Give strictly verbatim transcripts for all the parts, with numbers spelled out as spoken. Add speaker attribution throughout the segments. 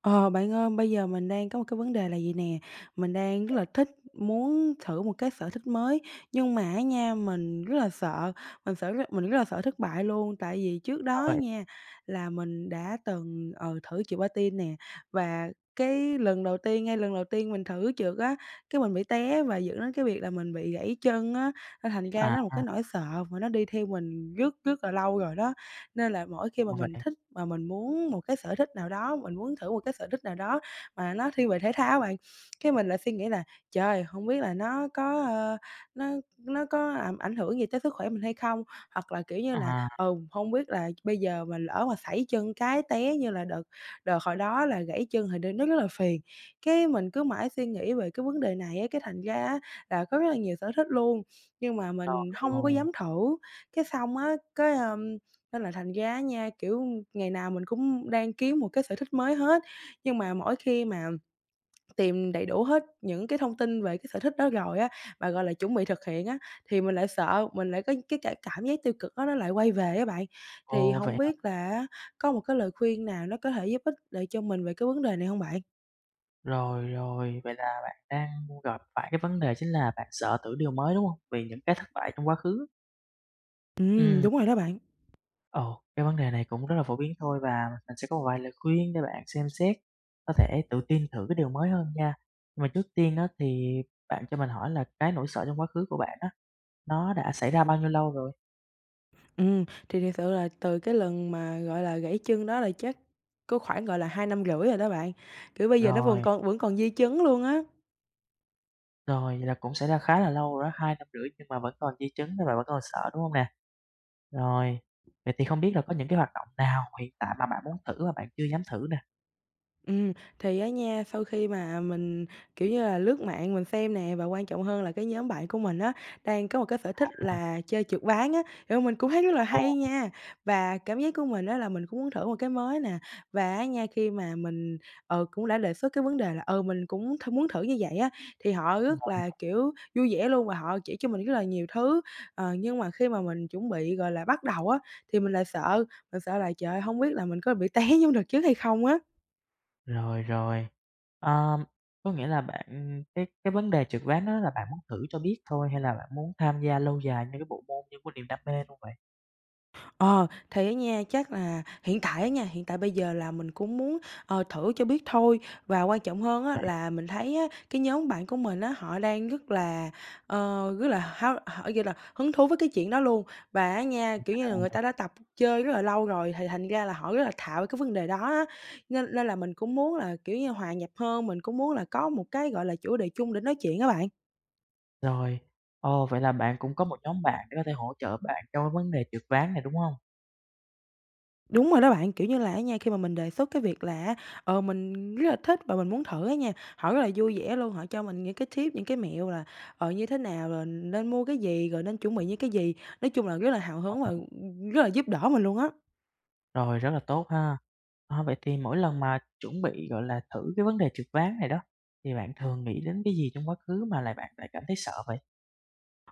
Speaker 1: Ờ, bạn ơi, bây giờ mình đang có một cái vấn đề là gì nè, mình đang rất là thích muốn thử một cái sở thích mới, nhưng mà á nha, mình rất là sợ, mình sợ rất mình rất là sợ thất bại luôn. Tại vì trước
Speaker 2: Sao
Speaker 1: đó
Speaker 2: vậy?
Speaker 1: nha, là mình đã từng, ờ, thử trượt patin nè, và cái lần đầu tiên ngay lần đầu tiên mình thử trượt á, cái mình bị té và dẫn đến cái việc là mình bị gãy chân á, nên thành ra
Speaker 2: À,
Speaker 1: nó là một cái nỗi sợ mà nó đi theo mình rất, rất là lâu rồi đó. Nên là mỗi khi mà
Speaker 2: ra
Speaker 1: mình
Speaker 2: vậy.
Speaker 1: thích mà mình muốn một cái sở thích nào đó, mình muốn thử một cái sở thích nào đó mà nó thiên về thể thao bạn, cái mình lại suy nghĩ là "Trời, không biết là nó có, ơ, nó nó có làm ảnh hưởng gì tới sức khỏe mình hay không?" Hoặc là, kiểu như là,
Speaker 2: À,
Speaker 1: ừ, hông biết là bây giờ mà lỡ mà sảy chân cái té như là đợt đợt hồi đó là gãy chân thì đ nó rất là phiền. Cái mình cứ mãi suy nghĩ về cái vấn đề này á, cái thành ra á là có rất là nhiều sở thích luôn, nhưng mà
Speaker 2: rồi,
Speaker 1: mình không có
Speaker 2: rồi.
Speaker 1: dám thử. Cái xong á, cái, ờm nên là thành ra á nha, kiểu, ngày nào mình cũng đang kiếm một cái sở thích mới hết, nhưng mà mỗi khi mà tìm đầy đủ hết những cái thông tin về cái sở thích đó rồi á, mà, gọi là, chuẩn bị thực hiện á, thì mình lại sợ, mình lại có cái cả cảm giác tiêu cực đó nó lại quay về á bạn. Thì
Speaker 2: Ồ,
Speaker 1: hổng
Speaker 2: vậy hả?
Speaker 1: biết là á, có một cái lời khuyên nào nó có thể giúp ích lại cho mình về cái vấn đề này hông bạn?
Speaker 2: Rồi, rồi, vậy là bạn đang gặp phải cái vấn đề chính là bạn sợ thử điều mới, đúng hông? Vì những cái thất bại trong quá khứ.
Speaker 1: Ừm,
Speaker 2: Ừm,
Speaker 1: đúng rồi đó bạn.
Speaker 2: ồ, cái vấn đề này cũng rất là phổ biến thôi và mình sẽ có một vài lời khuyên để bạn xem xét, có thể tự tin thử cái điều mới hơn nha. Nhưng mà trước tiên á, thì bạn cho mình hỏi là cái nỗi sợ trong quá khứ của bạn á, nó đã xảy ra bao nhiêu lâu rồi?
Speaker 1: Ừm, thì thiệt sự là từ cái lần mà, gọi là, gãy chân đó là chắc có khoảng, gọi là, hai năm rưỡi rồi đó bạn, kiểu, bây giờ nó vẫn
Speaker 2: Rồi,
Speaker 1: còn vẫn còn di chứng luôn á.
Speaker 2: rồi, vậy là cũng xảy ra khá là lâu rồi đó, hai năm rưỡi nhưng mà vẫn còn di chứng nên bạn vẫn còn sợ, đúng hông nè? Rồi, vậy thì không biết là có những cái hoạt động nào hiện tại mà bạn muốn thử mà bạn chưa dám thử nè?
Speaker 1: Ừ, thì á nha, sau khi mà mình, kiểu như là, lướt mạng mình xem nè, và quan trọng hơn là cái nhóm bạn của mình á, đang có một cái sở thích
Speaker 2: À,
Speaker 1: là chơi trượt ván á, rồi mình cũng thấy rất là hay
Speaker 2: ồ,
Speaker 1: nha. Và cảm giác của mình đó là mình cũng muốn thử một cái mới nè, và á nha, khi mà mình, ờ cũng đã đề xuất cái vấn đề là, ờ mình cũng th muốn thử như vậy á, thì họ rất là, kiểu, vui vẻ luôn và họ chỉ cho mình rất là nhiều thứ. Ờ, nhưng mà khi mà mình chuẩn bị, gọi là, bắt đầu á, thì mình lại sợ, mình sợ là, trời ơi, hông biết là mình có bị té vô trượt trước hay không á.
Speaker 2: rồi, rồi. Ờm, có nghĩa là bạn cái cái vấn đề trượt ván đó là bạn muốn thử cho biết thôi hay là bạn muốn tham gia lâu dài như cái bộ môn như cái niềm đam mê luôn vậy?
Speaker 1: Ờ, thì á nha, chắc là hiện tại á nha, hiện tại bây giờ là mình cũng muốn, ờ, thử cho biết thôi. Và quan trọng hơn á
Speaker 2: Vậy
Speaker 1: là mình thấy á, cái nhóm bạn của mình á, họ đang rất là, ờ, rất là háo họ, kiểu là, hứng thú với cái chuyện đó luôn. Và á nha, kiểu như là,
Speaker 2: rồi,
Speaker 1: người ta đã tập chơi rất là lâu rồi, thì thành ra là họ rất là thạo cái vấn đề đó á. Nên nên là mình cũng muốn là, kiểu như, hòa nhập hơn, mình cũng muốn là có một cái, gọi là, chủ đề chung để nói chuyện các bạn.
Speaker 2: rồi. Ồ, vậy là bạn cũng có một nhóm bạn để có thể hỗ trợ bạn trong cái vấn đề trượt ván này, đúng không?
Speaker 1: Đúng rồi đó bạn, kiểu như là á nha, khi mà mình đề xuất cái việc là ờ, mình rất là thích và mình muốn thử á nha, họ rất là vui vẻ luôn, họ cho mình những cái tip, những cái mẹo là, ờ, như thế nào, rồi nên mua cái gì, rồi nên chuẩn bị những cái gì. Nói chung là rất là hào hứng và rất là giúp đỡ mình luôn á.
Speaker 2: Rồi, rất là tốt ha. Ờ, vậy thì mỗi lần mà chuẩn bị, gọi là, thử cái vấn đề trượt ván này đó, thì bạn thường nghĩ đến cái gì trong quá khứ mà lại bạn lại cảm thấy sợ vậy?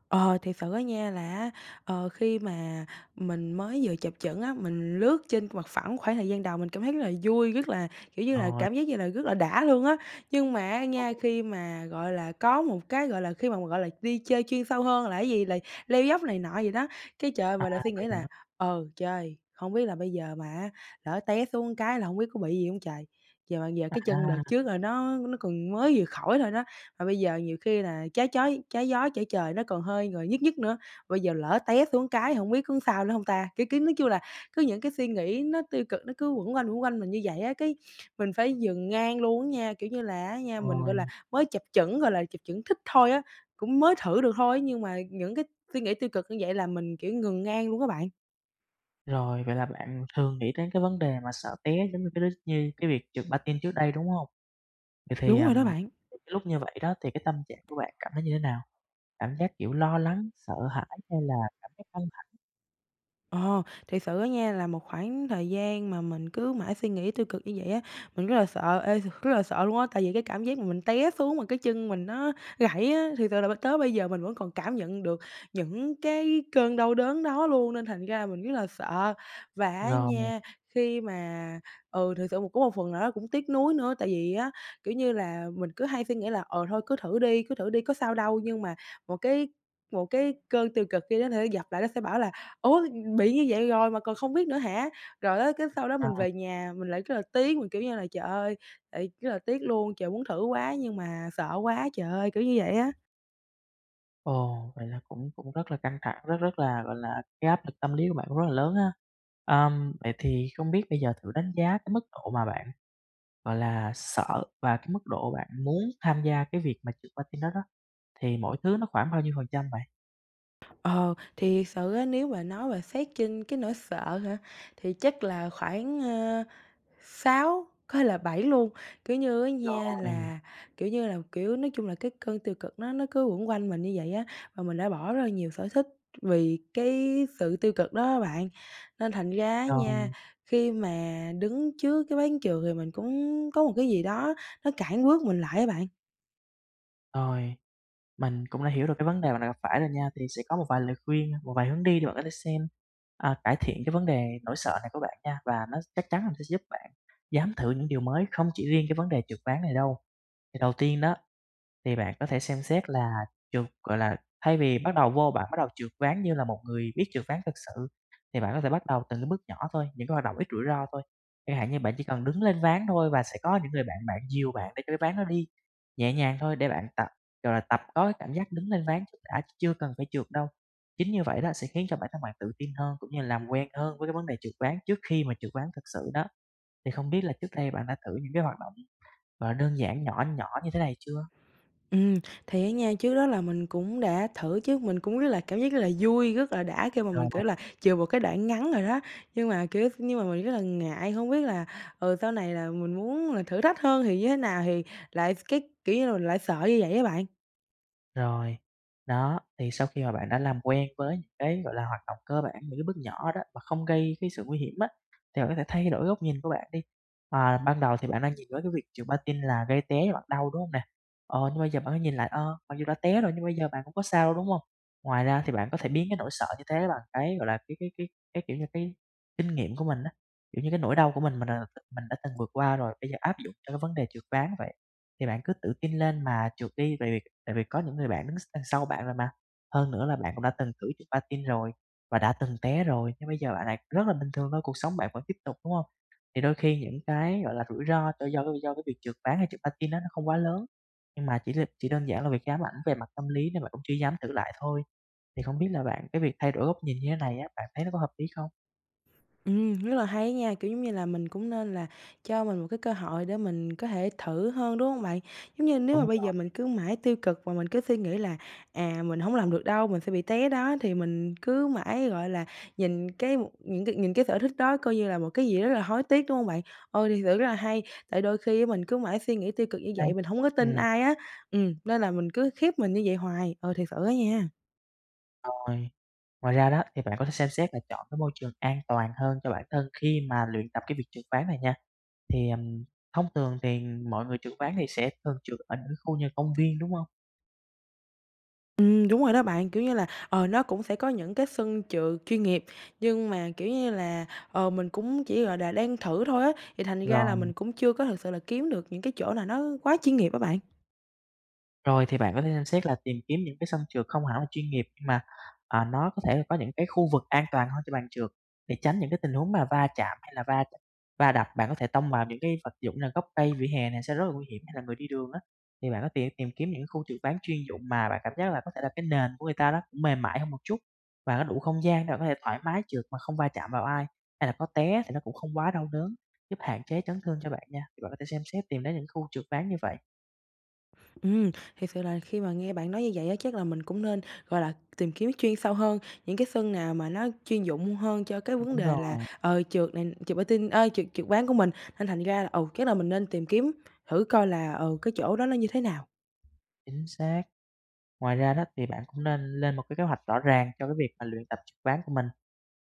Speaker 1: Ờ, thì sự á nha là ờ, khi mà mình mới vừa chập chững á, mình lướt trên mặt phẳng khoảng thời gian đầu mình cảm thấy rất là vui, rất là, kiểu như là,
Speaker 2: Rồi,
Speaker 1: cảm giác như là rất là đã luôn á. Nhưng mà á
Speaker 2: ừ,
Speaker 1: nha, khi mà, gọi là, có một cái, gọi là, khi mà, gọi là, đi chơi chuyên sâu hơn là cái gì, là leo dốc này nọ gì đó, cái, trời
Speaker 2: à,
Speaker 1: mình lại suy
Speaker 2: vậy
Speaker 1: nghĩ là
Speaker 2: hả?
Speaker 1: "Ờ, trời, không biết là bây giờ mà lỡ té xuống cái là không biết có bị gì không trời?" Giờ mà giờ cái chân đợt
Speaker 2: À,
Speaker 1: trước là nó nó còn mới vừa khỏi thôi đó, mà bây giờ nhiều khi là trái chói trái gió trở trời nó còn hơi rồi nhức nhức nữa, bây giờ lỡ té xuống cái hổng biết có sao nữa hông ta? Kiểu kiểu, nói chung là cứ những cái suy nghĩ nó tiêu cực nó cứ quẩn quanh, quẩn quanh mình như vậy á, cái mình phải dừng ngang luôn á nha. Kiểu như là á nha, mình, gọi là,
Speaker 2: rồi,
Speaker 1: mới chập chững, gọi là, chập chững thích thôi á, cũng mới thử được thôi á, nhưng mà những cái suy nghĩ tiêu cực như vậy là mình, kiểu, ngừng ngang luôn á bạn.
Speaker 2: rồi, vậy là bạn thường nghĩ đến cái vấn đề mà sợ té giống như cái đứa như cái việc trượt patin trước đây, đúng không? Vậy thì,
Speaker 1: Đúng rồi đó
Speaker 2: ừm,
Speaker 1: bạn.
Speaker 2: cái lúc như vậy đó thì cái tâm trạng của bạn cảm thấy như thế nào? Cảm giác, kiểu, lo lắng, sợ hãi hay là cảm thấy căng thẳng?
Speaker 1: Ờ, thiệt sự á nha là một khoảng thời gian mà mình cứ mãi suy nghĩ tiêu cực như vậy á, mình rất là sợ, ê, rất là sợ luôn á, tại vì cái cảm giác mà mình té xuống mà cái chân mình nó gãy á, thì sự là tới bây giờ mình vẫn còn cảm nhận được những cái cơn đau đớn đó luôn, nên thành ra mình rất là sợ. Và á
Speaker 2: Rồi,
Speaker 1: nha, khi mà ừ, thực sự một có một phần nào đó cũng tiếc nuối nữa, tại vì á, kiểu như là, mình cứ hay suy nghĩ là "Ờ, thôi cứ thử đi, cứ thử đi, có sao đâu." Nhưng mà một cái một cái cơn tiêu cực kia đến thì nó dập lại nó sẽ bảo là "Ủa, bị như vậy rồi mà còn không biết nữa hả?" Rồi á, cái sau đó mình
Speaker 2: à.
Speaker 1: về nhà mình lại rất là tiếc, mình, kiểu như là, trời ơi, tại rất là tiếc luôn, trời, muốn thử quá nhưng mà sợ quá, trời ơi, kiểu như vậy á.
Speaker 2: Ồ, vậy là cũng cũng rất là căng thẳng, rất rất là, gọi là, cái áp lực tâm lý của bạn cũng rất là lớn ha. Ờm, vậy thì không biết bây giờ thử đánh giá cái mức độ mà bạn, gọi là, sợ và cái mức độ bạn muốn tham gia cái việc mà trượt patin đó đó, thì mỗi thứ nó khoảng bao nhiêu phần trăm vậy?
Speaker 1: Ờ, thì thiệt sự á, nếu mà nói về xét trên cái nỗi sợ hả, thì chắc là khoảng, ờ sáu có thể là bảy luôn. Kiểu như á nha
Speaker 2: Rồi,
Speaker 1: là, kiểu như là, kiểu, nói chung là cái cơn tiêu cực nó nó cứ quẩn quanh mình như vậy á, và mình đã bỏ rất là nhiều sở thích vì cái sự tiêu cực đó á bạn. Nên thành ra á nha,
Speaker 2: rồi,
Speaker 1: khi mà đứng trước cái bán trường thì mình cũng có một cái gì đó nó cản bước mình lại á bạn.
Speaker 2: rồi, mình cũng đã hiểu được cái vấn đề mà bạn gặp phải rồi nha, thì sẽ có một vài lời khuyên, một vài hướng đi để bạn có thể xem, à, cải thiện cái vấn đề nỗi sợ này của bạn nha, và nó chắc chắn là sẽ giúp bạn dám thử những điều mới, không chỉ riêng cái vấn đề trượt ván này đâu. Thì đầu tiên đó, thì bạn có thể xem xét là trượt, gọi là, thay vì bắt đầu vô bạn bắt đầu trượt ván như là một người biết trượt ván thực sự, thì bạn có thể bắt đầu từ cái bước nhỏ thôi, những cái hoạt động ít rủi ro thôi. Chẳng hạn như bạn chỉ cần đứng lên ván thôi và sẽ có những người bạn bạn dìu bạn để cho cái ván nó đi nhẹ nhàng thôi để bạn tập, gọi là, tập có cái cảm giác đứng lên ván trước đã, chứ chưa cần phải trượt đâu. Chính như vậy đó sẽ khiến cho bản thân bạn tự tin hơn, cũng như làm quen hơn với cái vấn đề trượt ván trước khi mà trượt ván thực sự đó. Thì không biết là trước đây bạn đã thử những cái hoạt động, và đơn giản nhỏ nhỏ như thế này chưa?
Speaker 1: Ừm, thì á nha, trước đó là mình cũng đã thử chứ, mình cũng rất là cảm giác rất là vui, rất là đã khi mà mình,
Speaker 2: Rồi,
Speaker 1: kiểu là, chừa một cái đoạn ngắn rồi đó. Nhưng mà, kiểu nhưng mà mình rất là ngại, không biết là, ừ, sau này là mình muốn là thử thách hơn thì như thế nào, thì lại cái, kiểu như là, lại sợ như vậy á bạn.
Speaker 2: rồi. Đó, thì sau khi mà bạn đã làm quen với những cái, gọi là, hoạt động cơ bản, những cái bước nhỏ đó mà không gây cái sự nguy hiểm á, thì bạn có thể thay đổi góc nhìn của bạn đi. À, ban đầu thì bạn đang nhìn với cái việc trượt patin là gây té và bạn đau, đúng hông nè? Ờ, nhưng bây giờ bạn có nhìn lại, ơ, mặc dù đã té rồi nhưng bây giờ bạn cũng có sao đâu, đúng hông? Ngoài ra thì bạn có thể biến cái nỗi sợ như thế bằng cái, gọi là, cái cái cái cái, kiểu như, cái kinh nghiệm của mình á, kiểu như, cái nỗi đau của mình mình, ờ, mình đã từng vượt qua rồi, bây giờ áp dụng cho cái vấn đề trượt ván vậy. Thì bạn cứ tự tin lên mà trượt đi, tại vì tại vì có những người bạn đứng s đằng sau bạn rồi mà. Hơn nữa là bạn cũng đã từng thử chụp patin rồi và đã từng té rồi, nhưng bây giờ bạn này rất là bình thường thôi, cuộc sống bạn vẫn tiếp tục, đúng không? Thì đôi khi những cái, gọi là, rủi ro cho do do cái việc trượt ván hay trượt patin á, nó không quá lớn, nhưng mà chỉ là chỉ đơn giản là việc ám ảnh về mặt tâm lý nên bạn cũng chưa dám thử lại thôi. Thì không biết là bạn cái việc thay đổi góc nhìn như thế này á, bạn thấy nó có hợp lý không?
Speaker 1: Ừ, rất là hay nha, kiểu, giống như là, mình cũng nên là cho mình một cái cơ hội để mình có thể thử hơn, đúng không bạn? Giống như nếu
Speaker 2: Đúng
Speaker 1: mà bây
Speaker 2: rồi,
Speaker 1: giờ mình cứ mãi tiêu cực và mình cứ suy nghĩ là, à, mình không làm được đâu, mình sẽ bị té đó, thì mình cứ mãi, gọi là, nhìn cái một những cái nhìn cái sở thích đó coi như là một cái gì rất là hối tiếc, đúng không bạn? Ôi, thì sự
Speaker 2: chính
Speaker 1: rất là
Speaker 2: xác
Speaker 1: hay, tại đôi khi á mình cứ mãi suy nghĩ tiêu cực như
Speaker 2: đấy.
Speaker 1: vậy, mình không có tin ai á, ừ nên là mình cứ khiếp mình như vậy hoài, ừ, thiệt sự á nha.
Speaker 2: Rồi, ngoài ra đó thì bạn có thể xem xét là chọn cái môi trường an toàn hơn cho bản thân khi mà luyện tập cái việc trượt ván này nha. Thì, ừm, thông thường thì mọi người trượt ván thì sẽ thường trượt ở những khu như công viên, đúng hông?
Speaker 1: Ừm, đúng rồi đó bạn, kiểu như là, ờ, nó cũng sẽ có những cái sân chừ chuyên nghiệp, nhưng mà, kiểu như là, ờ, mình cũng chỉ, gọi là, đang thử thôi á, thì thành ra là
Speaker 2: Rồi.
Speaker 1: mình cũng chưa có thực sự là kiếm được những cái chỗ nào nó quá chuyên nghiệp á bạn.
Speaker 2: Rồi, thì bạn có thể xem xét là tìm kiếm những cái sân trượt không hẳn là chuyên nghiệp, nhưng mà, à, nó có thể có những cái khu vực an toàn hơn cho bạn trượt, để tránh những cái tình huống mà va chạm hay là va va đập. Bạn có thể tông vào những cái vật dụng là gốc cây, vỉa hè này sẽ rất là nguy hiểm hay là người đi đường á. Thì bạn có tìm tìm kiếm những khu trượt ván chuyên dụng mà bạn cảm giác là có thể là cái nền của người ta đó cũng mềm mại hơn một chút, và có đủ không gian để bạn có thể thoải mái trượt mà không va chạm vào ai, hay là có té thì nó cũng không quá đau đớn, giúp hạn chế chấn thương cho bạn nha. Thì bạn có thể xem xét tìm đến những khu trượt ván như vậy.
Speaker 1: Ừ, thiệt sự là khi mà nghe bạn nói như vậy á, chắc là mình cũng nên, gọi là, tìm kiếm chuyên sâu hơn, những cái sân nào mà nó chuyên dụng hơn cho cái vấn
Speaker 2: Đúng
Speaker 1: đề là,
Speaker 2: rồi,
Speaker 1: ờ, trượt này trượt patin ơ, trượt trượt ván của mình. Nên thành ra là, ồ chắc là mình nên tìm kiếm thử coi là, ờ cái chỗ đó nó như thế nào.
Speaker 2: chính xác. Ngoài ra đó thì bạn cũng nên lên một cái kế hoạch rõ ràng cho cái việc mà luyện tập trực tuyến của mình.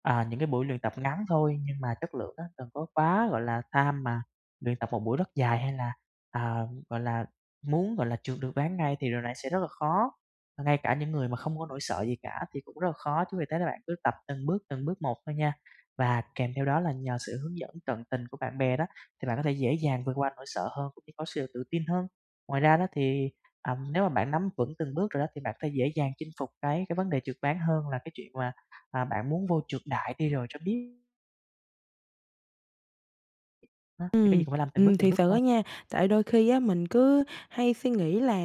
Speaker 2: À, những cái buổi luyện tập ngắn thôi nhưng mà chất lượng á, đừng có quá, gọi là, tham mà luyện tập một buổi rất dài hay là, à, gọi là, muốn, gọi là, trượt được ván ngay thì điều này sẽ rất là khó. Và ngay cả những người mà không có nỗi sợ gì cả thì cũng rất là khó, chứ vì thế là bạn cứ tập từng bước, từng bước một thôi nha. Và kèm theo đó là nhờ sự hướng dẫn tận tình của bạn bè đó, thì bạn có thể dễ dàng vượt qua nỗi sợ hơn cũng như có sự tự tin hơn. Ngoài ra đó thì ừm, nếu mà bạn nắm vững từng bước rồi đó thì bạn có thể dễ dàng chinh phục cái cái vấn đề trượt bán hơn là cái chuyện mà, à, bạn muốn vô trượt đại đi rồi cho biết á, thì cái gì
Speaker 1: Ừ
Speaker 2: cũng phải làm từng bước,
Speaker 1: ừm,
Speaker 2: từng
Speaker 1: thiệt
Speaker 2: bước
Speaker 1: sự á
Speaker 2: thôi.
Speaker 1: nha, tại đôi khi á mình cứ hay suy nghĩ là,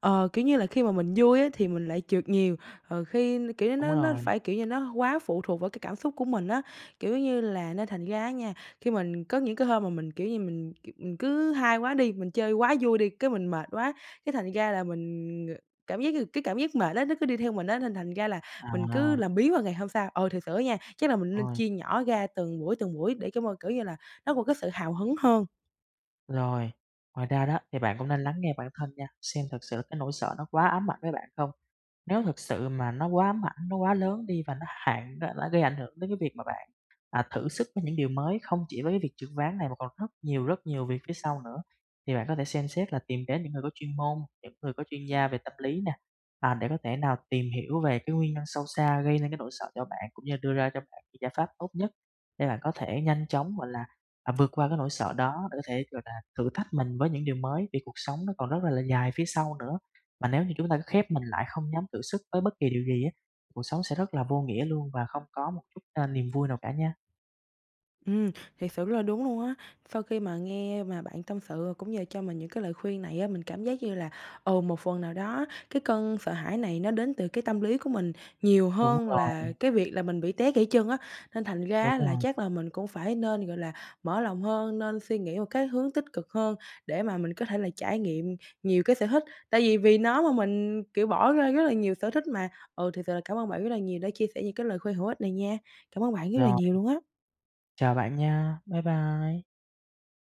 Speaker 1: ờ, kiểu như là, khi mà mình vui á thì mình lại trượt nhiều, ờ, khi n- kiểu,
Speaker 2: Đúng
Speaker 1: nó nó
Speaker 2: rồi,
Speaker 1: phải, kiểu như, nó quá phụ thuộc vào cái cảm xúc của mình á. Kiểu như là, nên thành ra á nha, khi mình có những cái hôm mà mình, kiểu như, mình, mình cứ hay quá đi, mình chơi quá vui đi, cái mình mệt quá, cái thành ra là mình cảm giác cái cảm giác mệt đó nó cứ đi theo mình á, nên thành ra là mình cứ
Speaker 2: à,
Speaker 1: làm biếng vào ngày hôm sau. ờ thiệt sự á nha, chắc là mình nên
Speaker 2: rồi,
Speaker 1: chia nhỏ ra từng buổi, từng buổi để cho mà, kiểu như là nó có cái sự hào hứng hơn.
Speaker 2: rồi. Ngoài ra đó thì bạn cũng nên lắng nghe bản thân nha, xem thực sự cái nỗi sợ nó quá ám ảnh với bạn không? Nếu thực sự mà nó quá ám ảnh, nó quá lớn đi và nó hạn nó gây ảnh hưởng đến cái việc mà bạn à, thử sức với những điều mới không chỉ với cái việc trượt ván này mà còn rất nhiều, rất nhiều việc phía sau nữa. Thì bạn có thể xem xét là tìm đến những người có chuyên môn, những người có chuyên gia về tâm lý nè, à, để có thể nào tìm hiểu về cái nguyên nhân sâu xa gây nên cái nỗi sợ cho bạn, cũng như đưa ra cho bạn cái giải pháp tốt nhất để bạn có thể nhanh chóng, gọi là, à, vượt qua cái nỗi sợ đó, để có thể, gọi là, thử thách mình với những điều mới, vì cuộc sống nó còn rất là là dài phía sau nữa. Mà nếu như chúng ta cứ khép mình lại không dám thử sức với bất kỳ điều gì á, cuộc sống sẽ rất là vô nghĩa luôn và không có một chút, a, niềm vui nào cả nha.
Speaker 1: Ừm, thiệt sự là đúng luôn á. Sau khi mà nghe mà bạn tâm sự cũng như cho mình những cái lời khuyên này á, mình cảm giác như là, ừ, một phần nào đó cái cơn sợ hãi này nó đến từ cái tâm lý của mình nhiều
Speaker 2: Đúng
Speaker 1: hơn
Speaker 2: rồi,
Speaker 1: là cái việc là mình bị té gãy chân á. Nên thành
Speaker 2: đúng
Speaker 1: ra là
Speaker 2: rồi.
Speaker 1: chắc là mình cũng phải nên, gọi là, mở lòng hơn, nên suy nghĩ một cái hướng tích cực hơn để mà mình có thể là trải nghiệm nhiều cái sở thích. Tại vì vì nó mà mình, kiểu, bỏ ra rất là nhiều sở thích mà. Ừ, thiệt sự là cảm ơn bạn rất là nhiều đã chia sẻ những cái lời khuyên hữu ích này nha. Cảm ơn bạn rất là
Speaker 2: Rồi,
Speaker 1: nhiều luôn á.
Speaker 2: chào bạn nha. Bye bye.